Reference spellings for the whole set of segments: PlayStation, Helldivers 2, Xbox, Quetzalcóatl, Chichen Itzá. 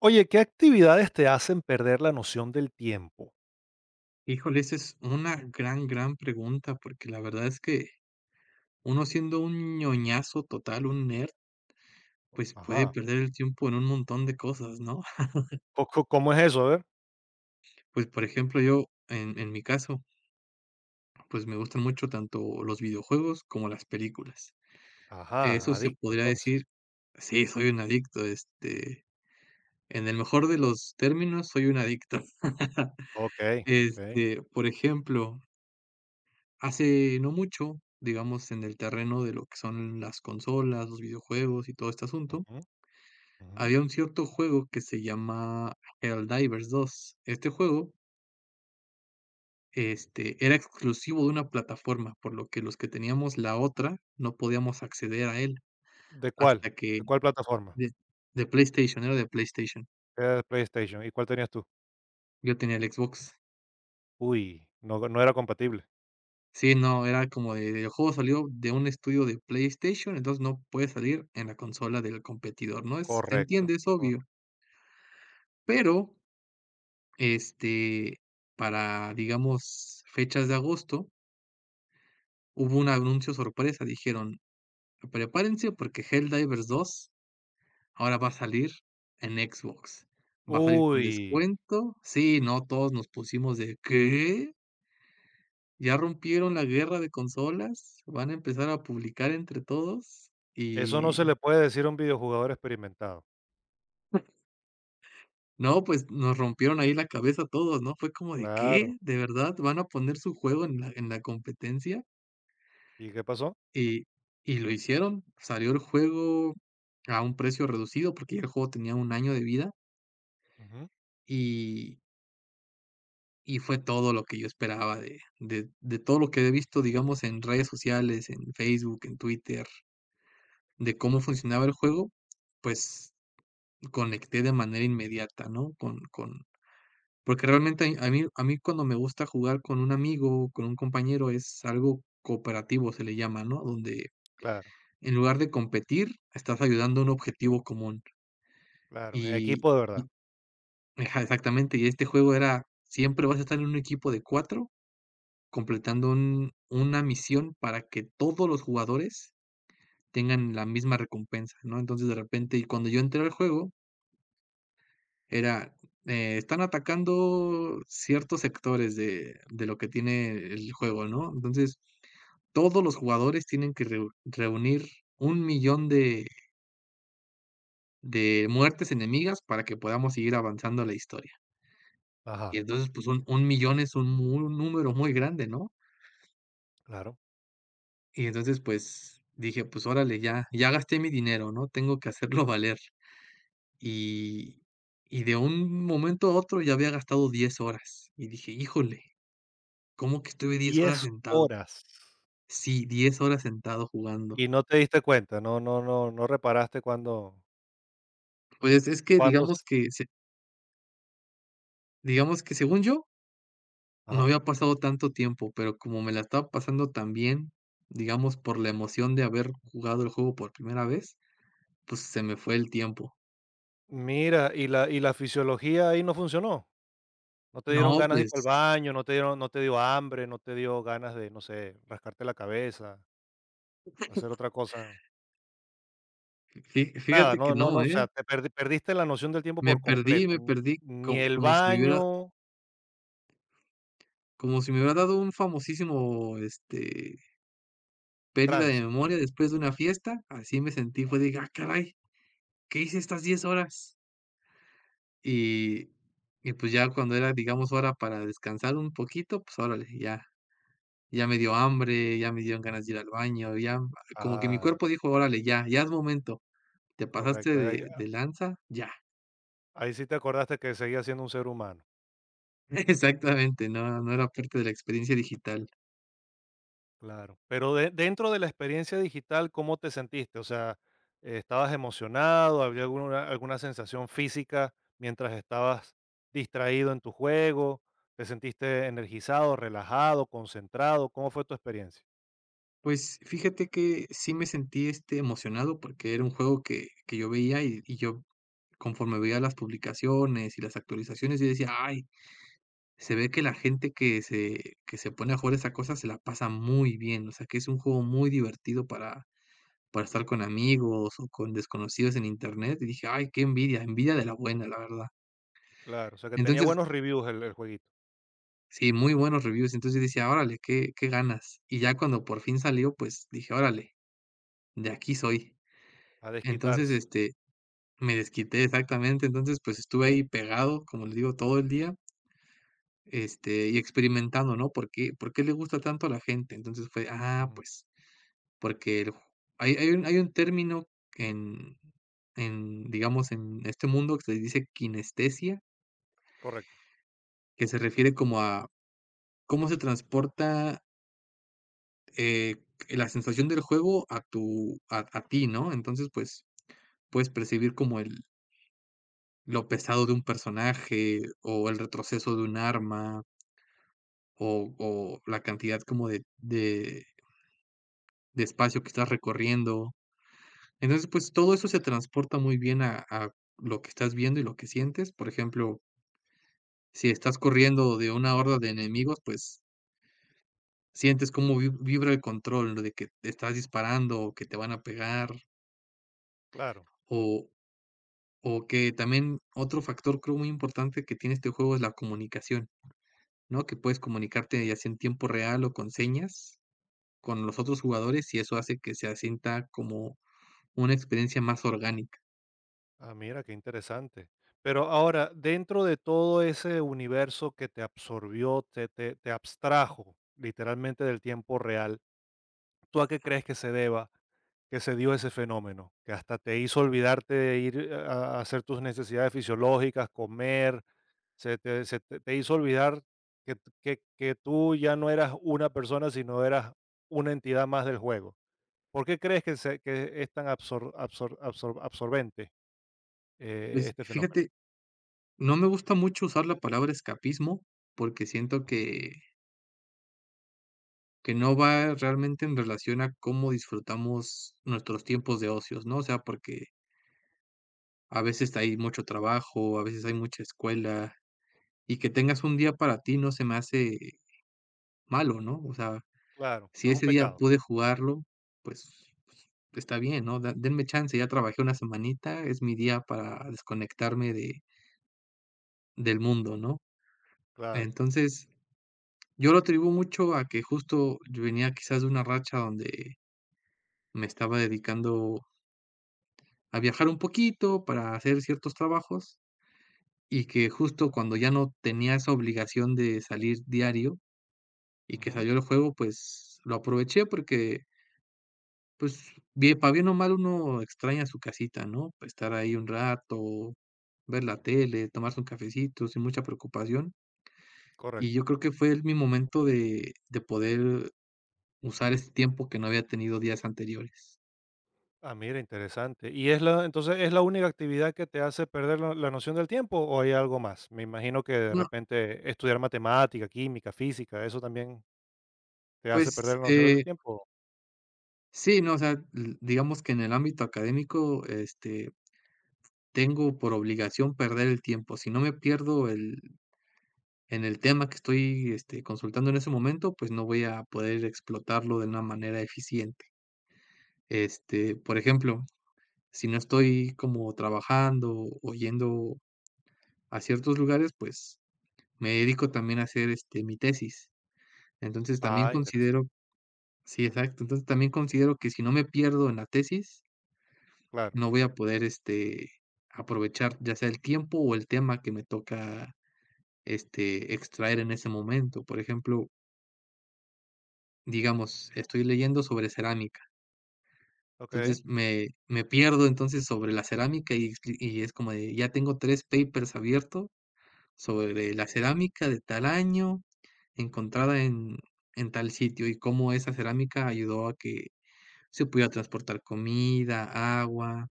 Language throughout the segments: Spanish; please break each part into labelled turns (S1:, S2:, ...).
S1: Oye, ¿qué actividades te hacen perder la noción del tiempo?
S2: Híjole, esa es una gran, gran pregunta, porque la verdad es que uno siendo un ñoñazo total, un nerd, pues puede
S1: Ajá.
S2: perder el tiempo en un montón de cosas, ¿no?
S1: Co co ¿Cómo es eso? A ver.
S2: Pues, por ejemplo, yo, en mi caso, pues me gustan mucho tanto los videojuegos como las películas.
S1: Ajá,
S2: Eso se
S1: adicto,
S2: podría
S1: entonces.
S2: decir, sí, soy un adicto, en el mejor de los términos, soy un adicto.
S1: Okey, okey.
S2: Este, por ejemplo, Hace no mucho, digamos, en el terreno de lo que son las consolas, los videojuegos y todo este asunto,
S1: Ujú, ujú.
S2: había un cierto juego que se llama Helldivers 2. Este juego, era exclusivo de una plataforma, por lo que los que teníamos la otra no podíamos acceder a él
S1: ¿De cuál?
S2: hasta que
S1: ¿De cuál plataforma?
S2: de de PlayStation, era de PlayStation.
S1: Era de PlayStation, ¿y cuál tenías tú?
S2: Yo tenía el Xbox.
S1: Uy, no era compatible.
S2: Sí, no, era como de el juego salió de un estudio de PlayStation, entonces no puede salir en la consola del competidor, ¿no? Es se
S1: Correcto,
S2: entiende, es
S1: cor
S2: obvio. Pero, este, para, digamos, fechas de agosto, hubo un anuncio sorpresa, dijeron: "Prepárense porque Helldivers dos ahora va a salir en Xbox, va a salir con
S1: uy,
S2: descuento". Sí, no, todos nos pusimos de: "¿Qué? ¿Ya rompieron la guerra de consolas? ¿Van a empezar a publicar entre todos?".
S1: eso no se le
S2: Y
S1: puede decir a un videojugador experimentado.
S2: no, pues nos rompieron ahí la cabeza a todos, ¿no? Fue como de: "¿Qué?
S1: Claro,
S2: ¿De verdad van a poner su juego en la competencia?".
S1: ¿y qué pasó?
S2: Y y lo hicieron, salió el juego a un precio reducido, porque ya el juego tenía un año de vida,
S1: Ujú,
S2: y y fue todo lo que yo esperaba de todo lo que he visto, digamos, en redes sociales, en Facebook, en Twitter, de cómo funcionaba el juego, pues, conecté de manera inmediata, ¿no? Con porque realmente a mí cuando me gusta jugar con un amigo, con un compañero, es algo cooperativo, se le llama, ¿no? Donde
S1: claro,
S2: en lugar de competir, estás ayudando a un objetivo común.
S1: claro, en
S2: Y
S1: equipo de verdad.
S2: y ajá, exactamente, y este juego era, siempre vas a estar en un equipo de 4 completando un una misión para que todos los jugadores tengan la misma recompensa, ¿no? Entonces, de repente, y cuando yo entré al juego, era, están atacando ciertos sectores de lo que tiene el juego, ¿no? Entonces, todos los jugadores tienen que reunir 1,000,000 de muertes enemigas para que podamos seguir avanzando la historia. Y
S1: Ajá,
S2: entonces, pues, un millón es un número muy grande, ¿no?
S1: claro.
S2: Y entonces, pues, dije: "Pues órale, ya gasté mi dinero, ¿no? Tengo que hacerlo valer". Y y de un momento a otro ya había gastado 10 horas, y dije: "Híjole, ¿cómo que estuve 10 horas
S1: 10
S2: sentado?".
S1: horas.
S2: Sí, 10 horas sentado jugando.
S1: Y no te diste cuenta, no reparaste cuando
S2: Pues, es que
S1: cuántos
S2: digamos que según yo, no
S1: ajá.
S2: había pasado tanto tiempo, pero como me la estaba pasando tan bien, digamos, por la emoción de haber jugado el juego por primera vez, pues, se me fue el tiempo.
S1: Mira, y la fisiología ahí no funcionó, ¿no te dieron
S2: No,
S1: ganas de ir para el
S2: pues,
S1: baño, no te dio hambre, no te dio ganas de, no sé, rascarte la cabeza, hacer otra cosa?
S2: fi
S1: Nada,
S2: fíjate
S1: no
S2: que
S1: no no,
S2: no,
S1: O sea,
S2: ¿eh?
S1: te perdi perdiste la noción del tiempo por completo,
S2: Me
S1: n
S2: perdí
S1: ni
S2: co
S1: el
S2: como si me hubiera
S1: baño,
S2: dado un famosísimo, pérdida de
S1: trance.
S2: memoria después de una fiesta, así me sentí, fue
S1: Ah,
S2: de: "Ah, caray, ¿qué hice estas 10 horas?". Y y pues ya cuando era, digamos, hora para descansar un poquito, pues órale, ya me dio hambre, ya me dieron ganas de ir al baño, ya como que mi
S1: ah,
S2: cuerpo dijo: "Órale, ya, ya es momento, te pasaste
S1: correcto,
S2: de
S1: ahí
S2: lanza, ya".
S1: ahí sí te acordaste que seguías siendo un ser humano.
S2: Exactamente, no, no era parte de la experiencia digital.
S1: Claro, pero de dentro de la experiencia digital, ¿cómo te sentiste? O sea, ¿estabas emocionado? ¿Había alguna, alguna sensación física mientras estabas distraído en tu juego? ¿Te sentiste energizado, relajado, concentrado? ¿Cómo fue tu experiencia?
S2: Pues fíjate que sí me sentí, emocionado porque era un juego que yo veía y yo conforme veía las publicaciones y las actualizaciones, yo decía: "Ay, se ve que la gente que se pone a jugar esa cosa se la pasa muy bien", o sea, que es un juego muy divertido para estar con amigos o con desconocidos en Internet, y dije: "Ay, qué envidia, envidia de la buena", la verdad.
S1: Claro, o sea que tenía
S2: Entonces
S1: buenos reviews el jueguito,
S2: sí, muy buenos reviews. Entonces yo decía: "Órale, qué ganas". Y ya cuando por fin salió, pues dije: "Órale, de aquí soy".
S1: a
S2: Entonces,
S1: desquitarse.
S2: me desquité exactamente. Entonces, pues estuve ahí pegado, como les digo, todo el día, y experimentando, ¿no? ¿Por qué le gusta tanto a la gente? Entonces fue: "Ah,
S1: Ujú,
S2: pues porque el ju". Hay un término en digamos, en este mundo que se dice kinestesia,
S1: correcto,
S2: que se refiere como a cómo se transporta, Eh, la sensación del juego a tu a ti, ¿no? Entonces, pues, puedes percibir como el lo pesado de un personaje, o el retroceso de un arma, o la cantidad como de espacio que estás recorriendo. Entonces, pues, todo eso se transporta muy bien a lo que estás viendo y lo que sientes. Por ejemplo, si estás corriendo de una horda de enemigos, pues, sientes cómo vi vibra el control, ¿no?, de que te estás disparando, o que te van a pegar,
S1: claro.
S2: o O que también otro factor, creo, muy importante que tiene este juego es la comunicación, ¿no? Que puedes comunicarte ya sea en tiempo real o con señas con los otros jugadores y eso hace que se asienta como una experiencia más orgánica.
S1: Ah, mira, qué interesante. Pero ahora, dentro de todo ese universo que te absorbió, te, te te abstrajo literalmente del tiempo real. ¿Tú a qué crees que se deba que se dio ese fenómeno? Que hasta te hizo olvidarte de ir a hacer tus necesidades fisiológicas, comer, se te te hizo olvidar que t que tú ya no eras una persona, sino eras una entidad más del juego. ¿Por qué crees que es tan absorbente,
S2: Pues,
S1: este fenómeno?
S2: fíjate, no me gusta mucho usar la palabra escapismo porque siento
S1: Ujú.
S2: que no va realmente en relación a cómo disfrutamos nuestros tiempos de ocios, ¿no? O sea, porque a veces hay mucho trabajo, a veces hay mucha escuela y que tengas un día para ti no se me hace malo, ¿no? O sea,
S1: Claro, no
S2: si
S1: es un
S2: ese día
S1: pecado.
S2: pude jugarlo, pues está bien, ¿no? Da denme chance, ya trabajé una semanita, es mi día para desconectarme de del mundo, ¿no?
S1: Claro.
S2: Entonces, yo lo atribuyo mucho a que justo yo venía quizás de una racha donde me estaba dedicando a viajar un poquito para hacer ciertos trabajos y que justo cuando ya no tenía esa obligación de salir diario y que
S1: Ujú.
S2: salió el juego, pues lo aproveché porque pues, bien, para bien o mal uno extraña su casita, ¿no? Estar ahí un rato, ver la tele, tomarse un cafecito sin mucha preocupación. Y
S1: Correcto.
S2: yo creo que fue el mi momento de poder usar ese tiempo que no había tenido días anteriores.
S1: Ah, mira, interesante. ¿Y es la, entonces es la única actividad que te hace perder la noción del tiempo o hay algo más? Me imagino que de
S2: No,
S1: repente estudiar matemática, química, física, eso también te hace perder
S2: pues,
S1: la noción del tiempo.
S2: sí, no, o sea, l digamos que en el ámbito académico, tengo por obligación perder el tiempo. Si no me pierdo el en el tema que estoy, consultando en ese momento, pues, no voy a poder explotarlo de una manera eficiente. Por ejemplo, si no estoy como trabajando o yendo a ciertos lugares, pues me dedico también a hacer, mi tesis. Entonces también
S1: Ah, interesante.
S2: considero Sí, exacto. Entonces también considero que si no me pierdo en la tesis,
S1: Claro.
S2: no voy a poder, aprovechar ya sea el tiempo o el tema que me toca, extraer en ese momento. Por ejemplo, digamos, estoy leyendo sobre cerámica.
S1: Ok.
S2: Entonces me pierdo entonces sobre la cerámica y expli y es como de ya tengo 3 papers abiertos sobre la cerámica de tal año, encontrada en tal sitio, y cómo esa cerámica ayudó a que se pudiera transportar comida, agua,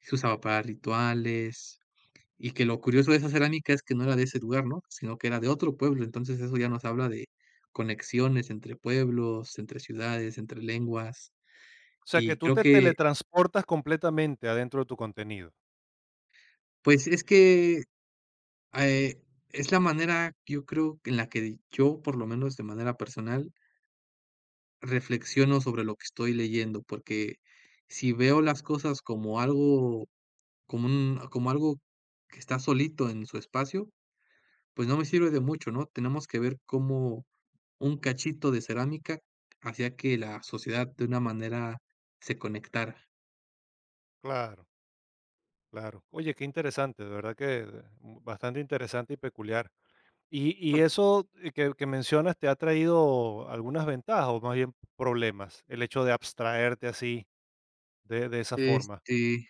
S2: se usaba para rituales, y que lo curioso de esa cerámica es que no era de ese lugar, ¿no? Sino que era de otro pueblo. Entonces eso ya nos habla de conexiones entre pueblos, entre ciudades, entre lenguas.
S1: O sea que
S2: Y
S1: tú
S2: creo
S1: te
S2: que,
S1: teletransportas completamente adentro de tu contenido.
S2: pues, es que es la manera, yo creo, en la que yo, por lo menos de manera personal, reflexiono sobre lo que estoy leyendo, porque si veo las cosas como algo, como algo que está solito en su espacio, pues no me sirve de mucho, ¿no? Tenemos que ver cómo un cachito de cerámica hacía que la sociedad de una manera se conectara.
S1: Claro, claro. Oye, qué interesante, de verdad que bastante interesante y peculiar. Y eso que mencionas te ha traído algunas ventajas o más bien problemas, el hecho de abstraerte así de esa forma.
S2: Este,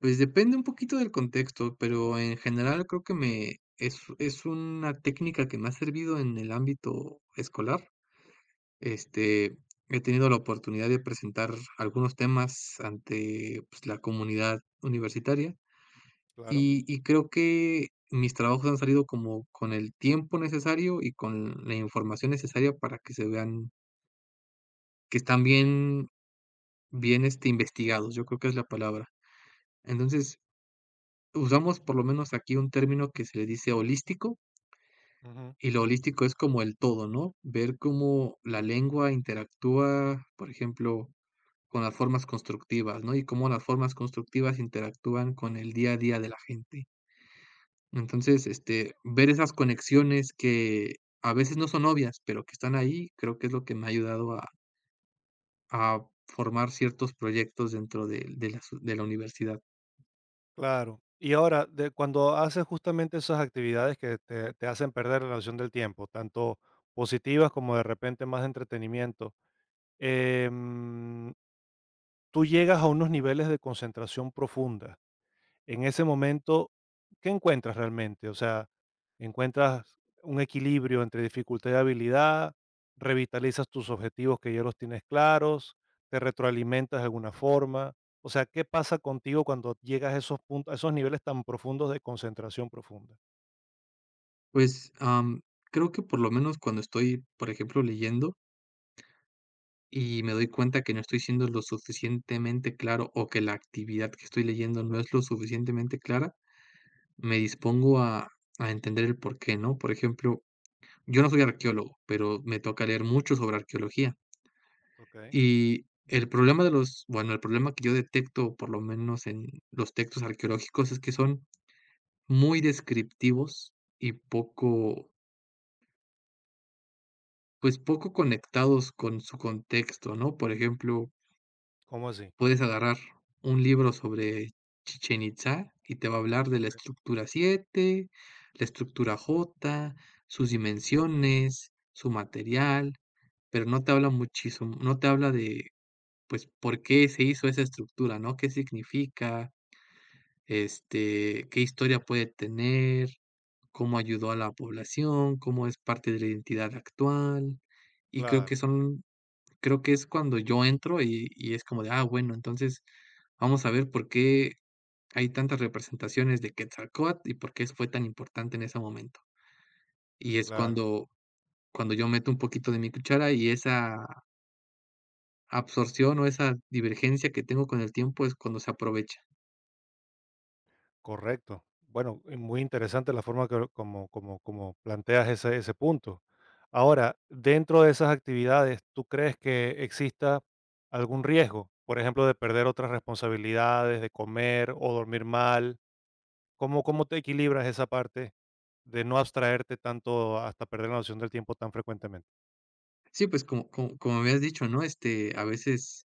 S2: Pues depende un poquito del contexto, pero en general creo que me es una técnica que me ha servido en el ámbito escolar. Este, he tenido la oportunidad de presentar algunos temas ante, pues, la comunidad universitaria,
S1: Claro.
S2: y creo que mis trabajos han salido como con el tiempo necesario y con la información necesaria para que se vean que están bien investigados, yo creo que es la palabra. Entonces, usamos por lo menos aquí un término que se le dice holístico,
S1: Ujú.
S2: y lo holístico es como el todo, ¿no? Ver cómo la lengua interactúa, por ejemplo, con las formas constructivas, ¿no? Y cómo las formas constructivas interactúan con el día a día de la gente. Entonces, ver esas conexiones que a veces no son obvias, pero que están ahí, creo que es lo que me ha ayudado a a formar ciertos proyectos dentro de las de la universidad.
S1: Claro. Y ahora, de cuando haces justamente esas actividades que te hacen perder la noción del tiempo, tanto positivas como de repente más de entretenimiento, em, tú llegas a unos niveles de concentración profunda. En ese momento, ¿qué encuentras realmente? O sea, ¿encuentras un equilibrio entre dificultad y habilidad? ¿Revitalizas tus objetivos que ya los tienes claros? ¿Te retroalimentas de alguna forma? O sea, ¿qué pasa contigo cuando llegas a esos puntos, a esos niveles tan profundos de concentración profunda?
S2: Pues, creo que por lo menos cuando estoy, por ejemplo, leyendo y me doy cuenta que no estoy siendo lo suficientemente claro, o que la actividad que estoy leyendo no es lo suficientemente clara, me dispongo a entender el porqué, ¿no? Por ejemplo, yo no soy arqueólogo, pero me toca leer mucho sobre arqueología.
S1: Ok,
S2: Y el problema de los bueno, el problema que yo detecto, por lo menos en los textos arqueológicos, es que son muy descriptivos y poco, pues, poco conectados con su contexto, ¿no? Por ejemplo,
S1: ¿cómo así?
S2: puedes agarrar un libro sobre Chichen Itzá y te va a hablar de la
S1: Ok,
S2: estructura 7, la estructura J, sus dimensiones, su material, pero no te habla muchísimo, no te habla de, pues, por qué se hizo esa estructura, ¿no? ¿Qué significa? ¿Qué historia puede tener? ¿Cómo ayudó a la población? ¿Cómo es parte de la identidad actual? Y creo que
S1: claro,
S2: son Creo que es cuando yo entro y es como de, ah, bueno, entonces vamos a ver por qué hay tantas representaciones de Quetzalcóatl y por qué fue tan importante en ese momento. Y es
S1: claro.
S2: cuando yo meto un poquito de mi cuchara y esa absorción o esa divergencia que tengo con el tiempo es cuando se aprovecha.
S1: Correcto. Bueno, muy interesante la forma como planteas ese punto. Ahora, dentro de esas actividades, ¿tú crees que exista algún riesgo? Por ejemplo, de perder otras responsabilidades, de comer o dormir mal. ¿Cómo te equilibras esa parte de no abstraerte tanto hasta perder la noción del tiempo tan frecuentemente?
S2: Sí, pues como me has dicho, ¿no? A veces,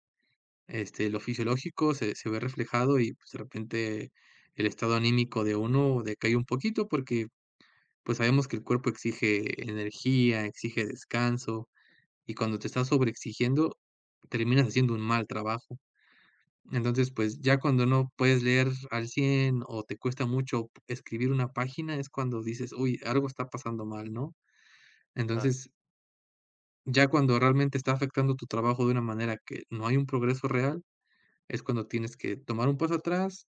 S2: lo fisiológico se ve reflejado y, pues, de repente el estado anímico de uno decae un poquito porque pues sabemos que el cuerpo exige energía, exige descanso, y cuando te estás sobreexigiendo, terminas haciendo un mal trabajo. Entonces, pues ya cuando no puedes leer al 100 o te cuesta mucho escribir una página, es cuando dices: "Uy, algo está pasando mal", ¿no?
S1: Claro.
S2: Entonces, ya cuando realmente está afectando tu trabajo de una manera que no hay un progreso real, es cuando tienes que tomar un paso atrás,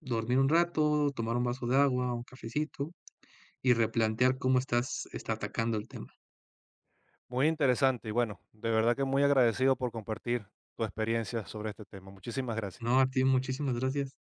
S2: dormir un rato, tomar un vaso de agua, un cafecito y replantear cómo estás, está atacando el tema.
S1: Muy interesante y bueno, de verdad que muy agradecido por compartir tu experiencia sobre este tema. Muchísimas gracias.
S2: No, a ti muchísimas gracias.